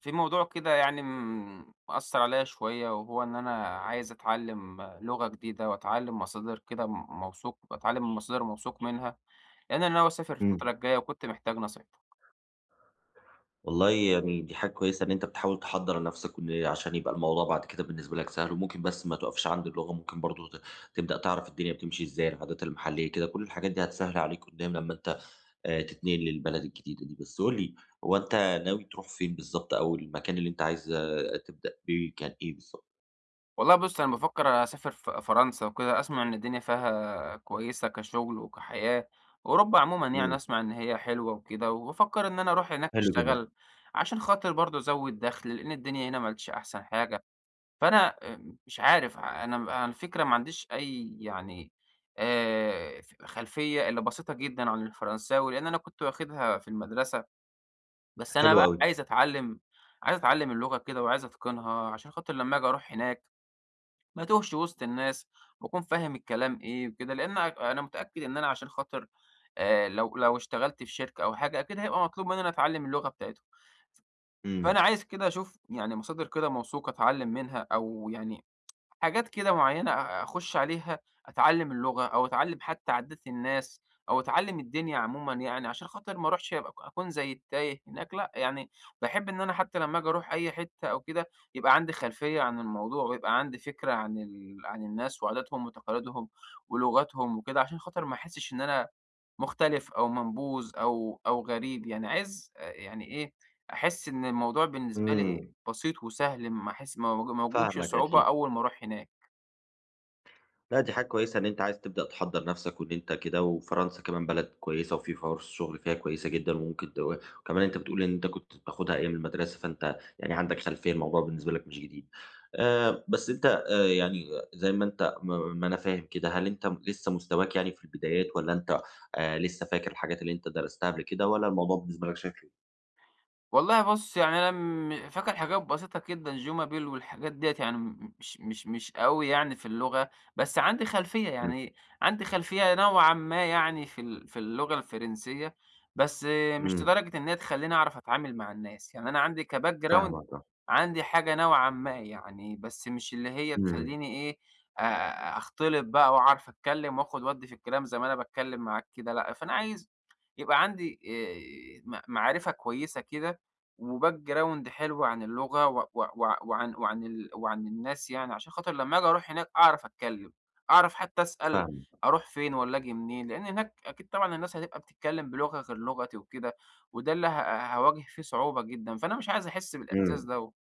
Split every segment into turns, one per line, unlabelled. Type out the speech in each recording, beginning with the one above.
في موضوع كده يعني مأثر عليا شوية، وهو إن أنا عايز أتعلم لغة جديدة وأتعلم مصادر كده موثوق، أتعلم من مصادر موثوق منها، لأن أنا ناوي أسافر الفترة
إمم.
الجاية وكنت محتاج نصيحتك.
والله يعني دي حاجة كويسة إن أنت بتحاول تحضّر نَفْسك وإن عشان يبقى الموضوع بعد كده بالنسبة لك سهل، وممكن بس ما تُقفش عند اللغة، ممكن برضه تبدأ تعرف الدنيا بتمشي إزاي، العادات المحلية كده، كل الحاجات دي هتسهِّل عليك قُدّام لمّا أنت تتنقل للبلد الجديدة دي. بس قُل لي، هو أنت ناوي تروح فين بالضبط أو المكان اللي أنت عايز تبدأ بيه كان إيه بالضبط؟
والله بص، أنا بفكر أسافر فرنسا وكده، أسمع إن الدنيا فيها كويسة كشغل وكحياة. أوروبا عموما يعني
إمم،
أسمع إن هي حلوة وكده، وبفكر إن أنا أروح هناك
حلو جدًا،
أشتغل عشان خاطر برضه أزود دخل، لأن الدنيا هنا ملتش أحسن حاجة. فأنا مش عارف، ع أنا م على الفكرة ما عنديش أي يعني ف خلفية إلا بسيطة جدًا عن الفرنساوي، لإن أنا كنت واخدها في المدرسة، بس أنا
حلو
بقى
أوي.
عايز أتعلّم، عايز أتعلّم اللغة كده، وعايز أتقنها عشان خاطر لمّا آجي أروح هناك ما أتوهش وسط الناس، وأكون فاهم الكلام إيه وكده، لإن أنا متأكد إن أنا عشان خاطر لو اشتغلت في شركة أو حاجة أكيد هيبقى مطلوب منّي إن أنا أتعلّم اللغة بتاعتهم.
إمم،
فأنا عايز كده أشوف يعني مصادر كده موثوقة أتعلّم منها، أو يعني حاجات كده معيّنة أخُش عليها أتعلّم اللغة، أو أتعلّم حتى عادات الناس، أو أتعلّم الدنيا عمومًا يعني عشان خاطر ما أروحش أبقى أكون زي التايه هناك، لأ، يعني باحب إن أنا حتى لمّا آجي أروح أي حتّة أو كده، يبقى عندي خلفية عن الموضوع، ويبقى عندي فكرة عن الناس وعاداتهم وتقاليدهم ولغتهم وكده، عشان خاطر ما أحسّش إن أنا مختلف أو منبوذ أو غريب، يعني عايز يعني إيه، أحس إن الموضوع بالنسبة لي
إمم،
بسيط وسهل، ما أحس ما واجهش
فاهمك
صعوبة
أكيد.
أول ما أروح هناك.
لأ، دي حاجة كويسة إن أنت عايز تبدأ تحضّر نَفْسك وإن أنت كده وفرنسا كمان بلد كويسة وفي فرص شُغل فيها كويسة جدًا وممكن وكمان أنت بتقول إن أنت كنت بتاخدها أيام المدرسة، فأنت يعني عندك خلفية، الموضوع بالنسبة لك مش جديد. بس أنت يعني زي ما أنت ما أنا فاهم كده، هل أنت لسه مستواك يعني في البدايات والّا أنت لسه فاكر الحاجات اللي أنت درستها قبل كده والّا الموضوع بالنسبة لك شكله.
والله بُص، يعني أنا فاكر حاجات بسيطة جدًا Juma Bill، والحاجات ديّة يعني م مش مش مش أوي يعني في اللغة، بس عندي خلفية،
إمم،
يعني عندي خلفية نوعًا ما يعني في اللغة الفرنسية، بس مش
إمم،
لدرجة إن هي تخلّيني أعرف أتعامل مع الناس، يعني أنا عندي كbackground،
فاهمك آه.
عندي حاجة نوعًا ما يعني، بس مش اللي هي
إمم،
تخلّيني إيه، أختلط بقى وأعرف أتكلّم وآخُد وأدّي في الكلام زي ما أنا باتكلّم معاك كده، لأ، فأنا عايز يبقى عندي م معرفة كويسة كده وbackground حلو عن اللغة و و وع وعن وعن ال وعن الناس يعني، عشان خاطر لمّا آجي أروح هناك أعرف أتكلّم، أعرف حتّى أسأل
فاهمك،
أروح فين والّا آجي منين، لإن هناك أكيد طبعًا الناس هتبقى بتتكلّم بلغة غير لغتي وكده، وده اللي هاواجه فيه صعوبة جدًا، فأنا مش عايز أحس بالإحساس
إمم.
دوّة.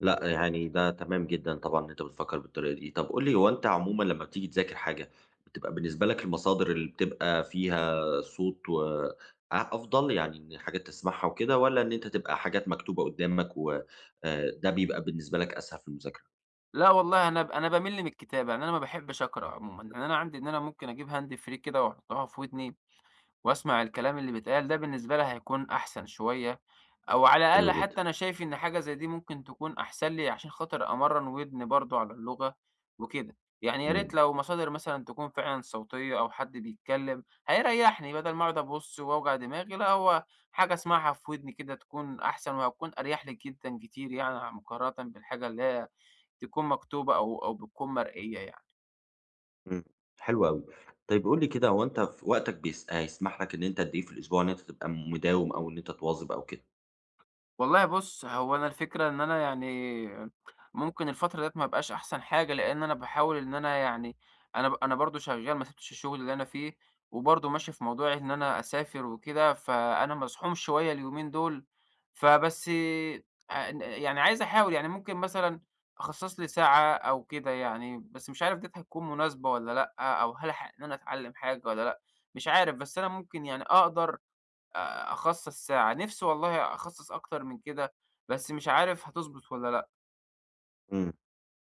لأ، يعني ده تمام جدًا طبعًا إن أنت بتفكّر بالطريقة دي. طب قُل لي هو أنت عمومًا لمّا بتيجي تذاكر حاجة، بتبقى بالنسبة لك المصادر اللي بتبقى فيها صوت و أفضل، يعني إن حاجات تسمعها وكده والّا إن أنت تبقى حاجات مكتوبة قدّامك و ده بيبقى بالنسبة لك أسهل في المذاكرة؟
لأ والله، أنا باميل من الكتابة، يعني أنا ما باحبش أقرا عمومًا، يعني أنا عندي إن أنا ممكن أجيب hand free كده وأحطها في ودني وأسمع الكلام اللي بيتقال، ده بالنسبة لي هيكون أحسن شوية، أو على
حلو
الأقل
جدًا.
حتى أنا شايف إن حاجة زي دي ممكن تكون أحسن لي عشان خاطر أمرّن ودني برضه على اللغة وكده، يعني يا
إمم،
ريت لو مصادر مثلًا تكون فعلًا صوتية أو حد بيتكلم هيريحني، بدل ما أقعد أبُص وأوجع دماغي، لأ، هو حاجة أسمعها في ودني كده تكون أحسن وهتكون أريح لي جدًا كتير يعني، مقارنةً بالحاجة اللي هي تكون مكتوبة أو بتكون مرئية يعني.
إمم، حلو أوي. طيب قُل لي كده هو أنت في وقتك بيس هيسمح لك إن أنت قد إيه في الأسبوع إن أنت تبقى مداوم أو إن أنت تواظب أو كده؟
والله بُص، هو أنا الفكرة إن أنا يعني ممكن الفترة ديّة ما ابقاش أحسن حاجة، لإن أنا باحاول إن أنا يعني، أنا برضه شغّال، ما سِبتش الشغل اللي أنا فيه، وبرضه ماشي في موضوع إن أنا أسافر وكده، فأنا مزحوم شوية اليومين دول، فبس ن يعني عايز أحاول، يعني ممكن مثلًا أخصّص لي ساعة أو كده يعني، بس مش عارف ديّة هتكون مناسبة والّا لأ، أو هل ألحق إن أنا أتعلّم حاجة والّا لأ، مش عارف، بس أنا ممكن يعني أقدر أخصّص ساعة، نِفْسي والله أخصّص أكتر من كده، بس مش عارف هتضبط والّا لأ.
إمم.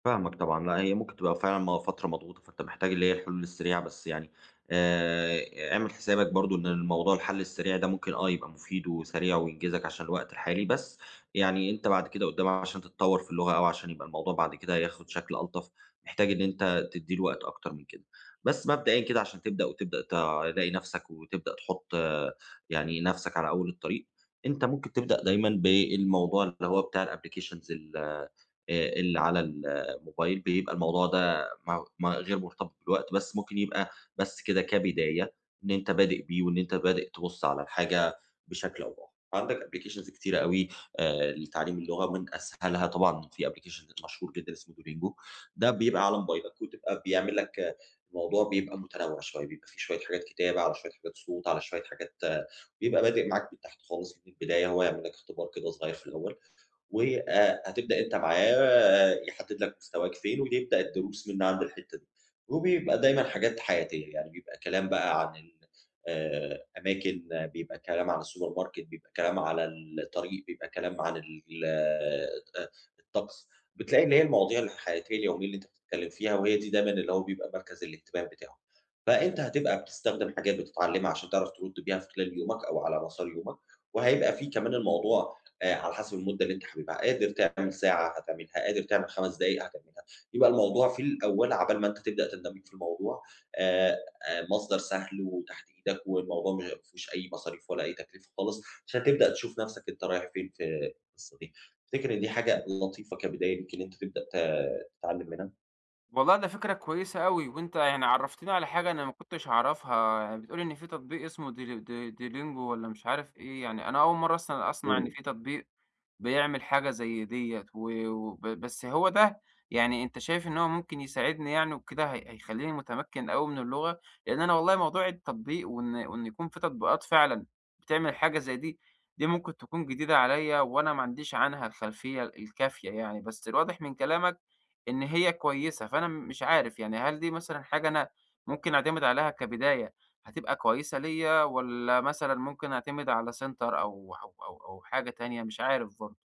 فاهمك طبعًا، لأ هي ممكن تبقى فعلًا فترة مضغوطة، فأنت محتاج اللي هي الحلول السريعة، بس يعني اعمل حسابك برضه إن الموضوع الحل السريع ده ممكن يبقى مفيد وسريع وينجزك عشان الوقت الحالي، بس يعني أنت بعد كده قدام عشان تتطور في اللغة أو عشان يبقى الموضوع بعد كده ياخد شكل ألطف، محتاج إن أنت تدّي له وقت أكتر من كده. بس مبدئيًا كده عشان تبدأ وتبدأ تلاقي نفسك وتبدأ تحط يعني نفسك على أول الطريق، أنت ممكن تبدأ دايمًا بالموضوع اللي هو بتاع الapplications ال اللي على الموبايل بيبقى الموضوع ده ما غير مرتبط بالوقت، بس ممكن يبقى بس كده كبداية إن أنت بادئ بيه وإن أنت بادئ تبُص على الحاجة بشكل أو بآخر. عندك applications كتيرة أوي لتعليم اللغة، من أسهلها طبعًا في application مشهور جدًا اسمه duolingo، ده بيبقى على موبايلك وتبقى بيعمل لك الموضوع بيبقى متنوع شوية، بيبقى في شوية حاجات كتابة، على شوية حاجات صوت، على شوية حاجات بيبقى بادئ معاك من تحت خالص من البداية، هو يعمل لك اختبار كده صغير في الأول. وهتبدأ أنت معاه يحدد لك مستواك فين، ويبدأ الدروس من عند الحتة دي. وبيبقى دايمًا حاجات حياتية، يعني بيبقى كلام بقى عن ال أماكن، بيبقى كلام عن السوبر ماركت، بيبقى كلام على الطريق، بيبقى كلام عن ال الطقس. بتلاقي اللي هي المواضيع الحياتية اليومية اللي أنت بتتكلم فيها، وهي دي دايمًا اللي هو بيبقى مركز الاهتمام بتاعه. فأنت هتبقى بتستخدم حاجات بتتعلمها عشان تعرف ترد بيها في خلال يومك أو على مسار يومك، وهيبقى في كمان الموضوع على حسب المدة اللي أنت حاببها، قادر تعمل ساعة هتعملها، قادر تعمل 5 دقايق هتعملها، يبقى الموضوع في الأول عبال ما أنت تبدأ تندمج في الموضوع آآ مصدر سهل وتحت إيدك والموضوع مش ما فيهوش أي مصاريف ولا أي تكلفة خالص، عشان تبدأ تشوف نَفْسك أنت رايح فين في القصة دي. تفتكر إن دي حاجة لطيفة كبداية ليك إن أنت تبدأ تتعلم منها؟
والله ده فكرة كويسة أوي، وأنت يعني عرّفتني على حاجة أنا ما كنتش أعرفها، يعني بتقول لي إن في تطبيق اسمه ديلينجو والّا مش عارف إيه، يعني أنا أول مرّة أصلًا أسمع إن
إمم.
في تطبيق بيعمل حاجة زي ديّة و وب بس هو ده يعني، أنت شايف إن هو ممكن يساعدني يعني وكده، هي هيخلّيني متمكن أوي من اللغة؟ لإن أنا والله موضوع التطبيق وإن يكون في تطبيقات فعلًا بتعمل حاجة زي دي، دي ممكن تكون جديدة عليّا وأنا ما عنديش عنها الخلفية الكافية يعني، بس الواضح من كلامك إن هي كويسة، فأنا مش عارف يعني، هل دي مثلًا حاجة أنا ممكن أعتمد عليها كبداية هتبقى كويسة ليّا، والّا مثلًا ممكن أعتمد على سنتر أو حاجة تانية؟ مش عارف برضه.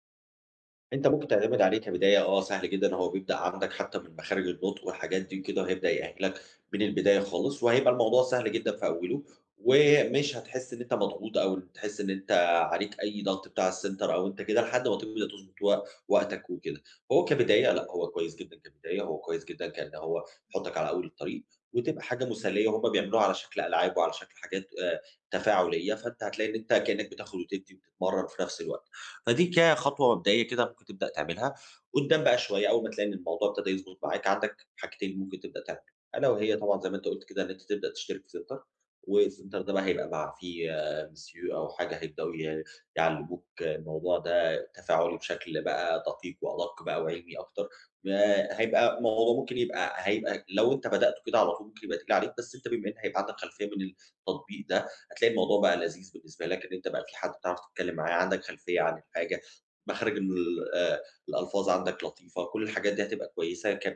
أنت ممكن تعتمد عليه كبداية سهل جدًا، هو بيبدأ عندك حتى من مخارج النطق والحاجات دي وكده، وهيبدأ يأهّلك من البداية خالص، وهيبقى الموضوع سهل جدًا في أوله، ومش هتحس إن أنت مضغوط أو تحس إن أنت عليك أي ضغط بتاع الcenter أو أنت كده لحد ما تبدأ تضبط وقتك وكده. هو كبداية لأ، هو كويس جدًا كبداية، هو كويس جدًا كإن هو يحطك على أول الطريق، وتبقى حاجة مسلية وهُم بيعملوها على شكل ألعاب وعلى شكل حاجات تفاعلية، فأنت هتلاقي إن أنت كإنك بتاخد وتدّي وبتتمرن في نفس الوقت. فدي كخطوة مبدئية كده ممكن تبدأ تعملها، قدّام بقى شوية أول ما تلاقي إن الموضوع ابتدى يضبط معاك عندك حاجتين ممكن تبدأ تعملهم، ألا وهي طبعًا زي ما أنت قُلت كده إن أنت تبدأ تشترك في Center والCenter ده بقى هيبقى مع فيه monsieur أو حاجة هيبدأوا يعلموك الموضوع ده تفاعلي بشكل بقى دقيق وأدق بقى وعلمي أكتر، هيبقى الموضوع ممكن هيبقى لو أنت بدأته كده على طول ممكن يبقى تقيل عليك، بس أنت بما إن هيبقى عندك خلفية من التطبيق ده هتلاقي الموضوع بقى لذيذ بالنسبة لك إن أنت بقى في حد بتعرف تتكلم معاه، عندك خلفية عن الحاجة، مخارج ال الألفاظ عندك لطيفة، كل الحاجات دي هتبقى كويسة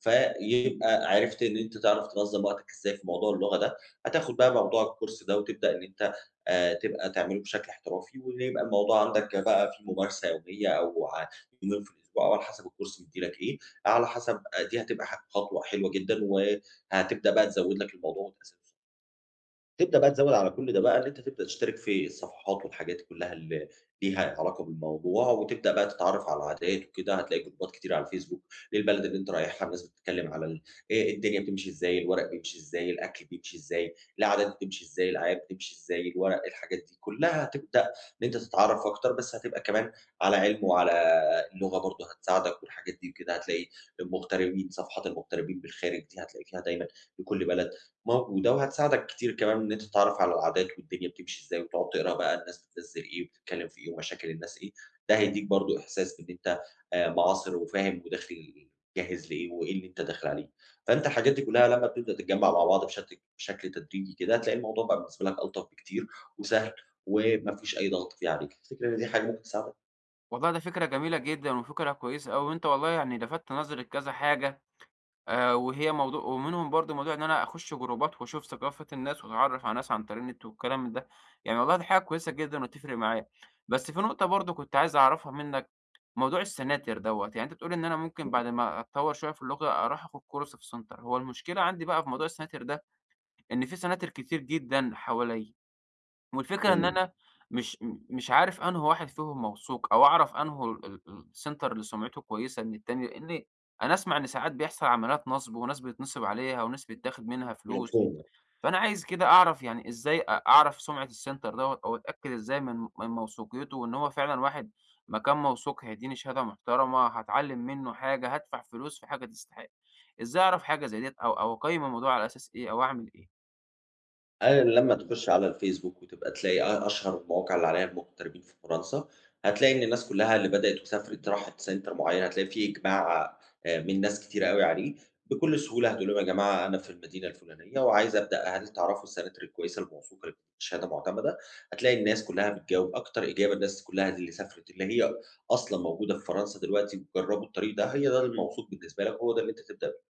فيبقى عرفت إن أنت تعرف تنظّم وقتك إزاي في موضوع اللغة ده، هتاخد بقى موضوع الكورس ده وتبدأ إن أنت تبقى تعمله بشكل احترافي، ويبقى الموضوع عندك بقى في ممارسة يومية أو يومين في الأسبوع أو على حسب الكورس مدّي لك إيه، على حسب دي هتبقى خطوة حلوة جدًا، وهتبدأ بقى تزوّد لك الموضوع وتأسسه. تبدأ بقى تزوّد على كل ده بقى إن أنت تبدأ تشترك في الصفحات والحاجات كلّها اللي ليها علاقة بالموضوع، وتبدأ بقى تتعرّف على العادات وكده، هتلاقي جروبات كتير على الفيسبوك للبلد اللي أنت رايحها، الناس بتتكلّم على ال الدنيا بتمشي إزاي، الورق بيمشي إزاي، الأكل بيمشي إزاي، العادات بتمشي إزاي، الورق، الحاجات دي كلّها هتبدأ إن أنت تتعرّف أكتر، بس هتبقى كمان على علم وعلى اللغة برضه هتساعدك والحاجات دي وكده، هتلاقي المغتربين صفحات المغتربين بالخارج دي هتلاقي فيها دايمًا لكل بلد موجودة وهتساعدك كتير كمان إن أنت تتعرّف على العادات والدنيا بتمشي إزاي وتقعد تقرا بقى الناس بتنزّل إيه وبتتكلّم في إيه ومشاكل الناس إيه، ده هيدّيك برضه إحساس بإن أنت معاصر وفاهم وداخل جاهز لإيه وإيه اللي أنت داخل عليه. فأنت الحاجات دي كُلّها لمّا بتبدأ تتجمّع مع بعض بشكل تدريجي كده، هتلاقي الموضوع بقى بالنسبة لك ألطف بكتير وسهل وما فيش أي ضغط فيه عليك. تفتكر إن دي حاجة ممكن تساعدك؟
والله ده فكرة جميلة جدًا وفكرة كويسة أوي، وأنت والله يعني لفتت نظري لكذا حاجة وهي موضوع، ومنهم برضه موضوع إن أنا أخش جروبات وأشوف ثقافة الناس وأتعرّف على ناس عن طريق النت والكلام من ده، يعني والله دي حاجة كويسة جدًا وتفرق معايا. بس في نقطة برضه كنت عايز أعرفها منك، موضوع السناتر دوّة، يعني أنت بتقول إن أنا ممكن بعد ما أتطور شوية في اللغة أروح آخد كورس في سنتر، هو المشكلة عندي بقى في موضوع السناتر ده، إن في سناتر كتير جدًا حواليّا. والفكرة إن
إمم،
أنا مش مش عارف أنهي واحد فيهم موثوق، أو أعرف أنهي ال ال السنتر اللي سمعته كويسة من التاني، لإن أنا أسمع إن ساعات بيحصل عمليات نصب، وناس بيتنصب عليها، وناس بيتاخد منها فلوس،
مفهوم.
فأنا عايز كده أعرف يعني إزاي أعرف سمعة السنتر دوّة، أو أتأكد إزاي من موثوقيته، وإن هو فعلًا واحد مكان موثوق هيديني شهادة محترمة، هاتعلم منه حاجة، هادفع فلوس في حاجة تستحق، إزاي أعرف حاجة زي ديّة، أو أقيم الموضوع على أساس إيه، أو أعمل إيه؟
لمّا تخُش على الفيسبوك وتبقى تلاقي أشهر المواقع اللي عليها المغتربين في فرنسا، هتلاقي إن الناس كُلّها اللي بدأت وسافرت راحت سنتر معيّن، هتلاقي في إجماع من ناس كتيرة أوي عليه، بكل سهولة هتقول لهم: "يا جماعة أنا في المدينة الفُلانية وعايز أبدأ، هل تعرفوا السناتر الكويسة الموثوقة اللي بتدّي شهادة معتمدة؟" هتلاقي الناس كُلّها بتجاوب، أكتر إجابة الناس كُلّها دي اللي سافرت، اللي هي أصلًا موجودة في فرنسا دلوقتي وجرّبوا الطريق ده، هي ده الموثوق بالنسبة لك وهو ده اللي أنت تبدأ بيه.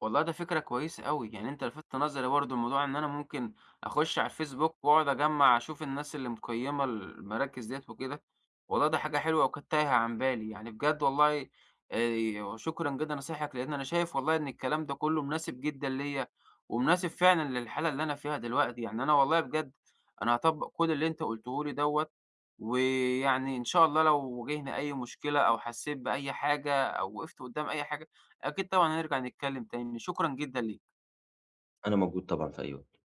والله ده فكرة كويسة أوي، يعني أنت لفتت نظري برضه لموضوع إن أنا ممكن أخش على الفيسبوك وأقعد أجمّع أشوف الناس اللي مقيّمة المراكز ديّة وكده، والله ده حاجة حلوة وكانت تايهة عن بالي، يعني بجد والله شكرًا جدًا لنصايحك، لإن أنا شايف والله إن الكلام ده كلّه مناسب جدًا ليّا، ومناسب فعلًا للحالة اللي أنا فيها دلوقتي، يعني أنا والله بجد، أنا هاطبّق كل اللي أنت قُلته لي دوّة، ويعني إن شاء الله لو واجهني أي مشكلة أو حسّيت بأي حاجة أو وقفت قدّام أي حاجة أكيد طبعًا هنرجع نتكلّم تاني، شكرًا جدًا ليك.
أنا موجود طبعًا في أي وقت.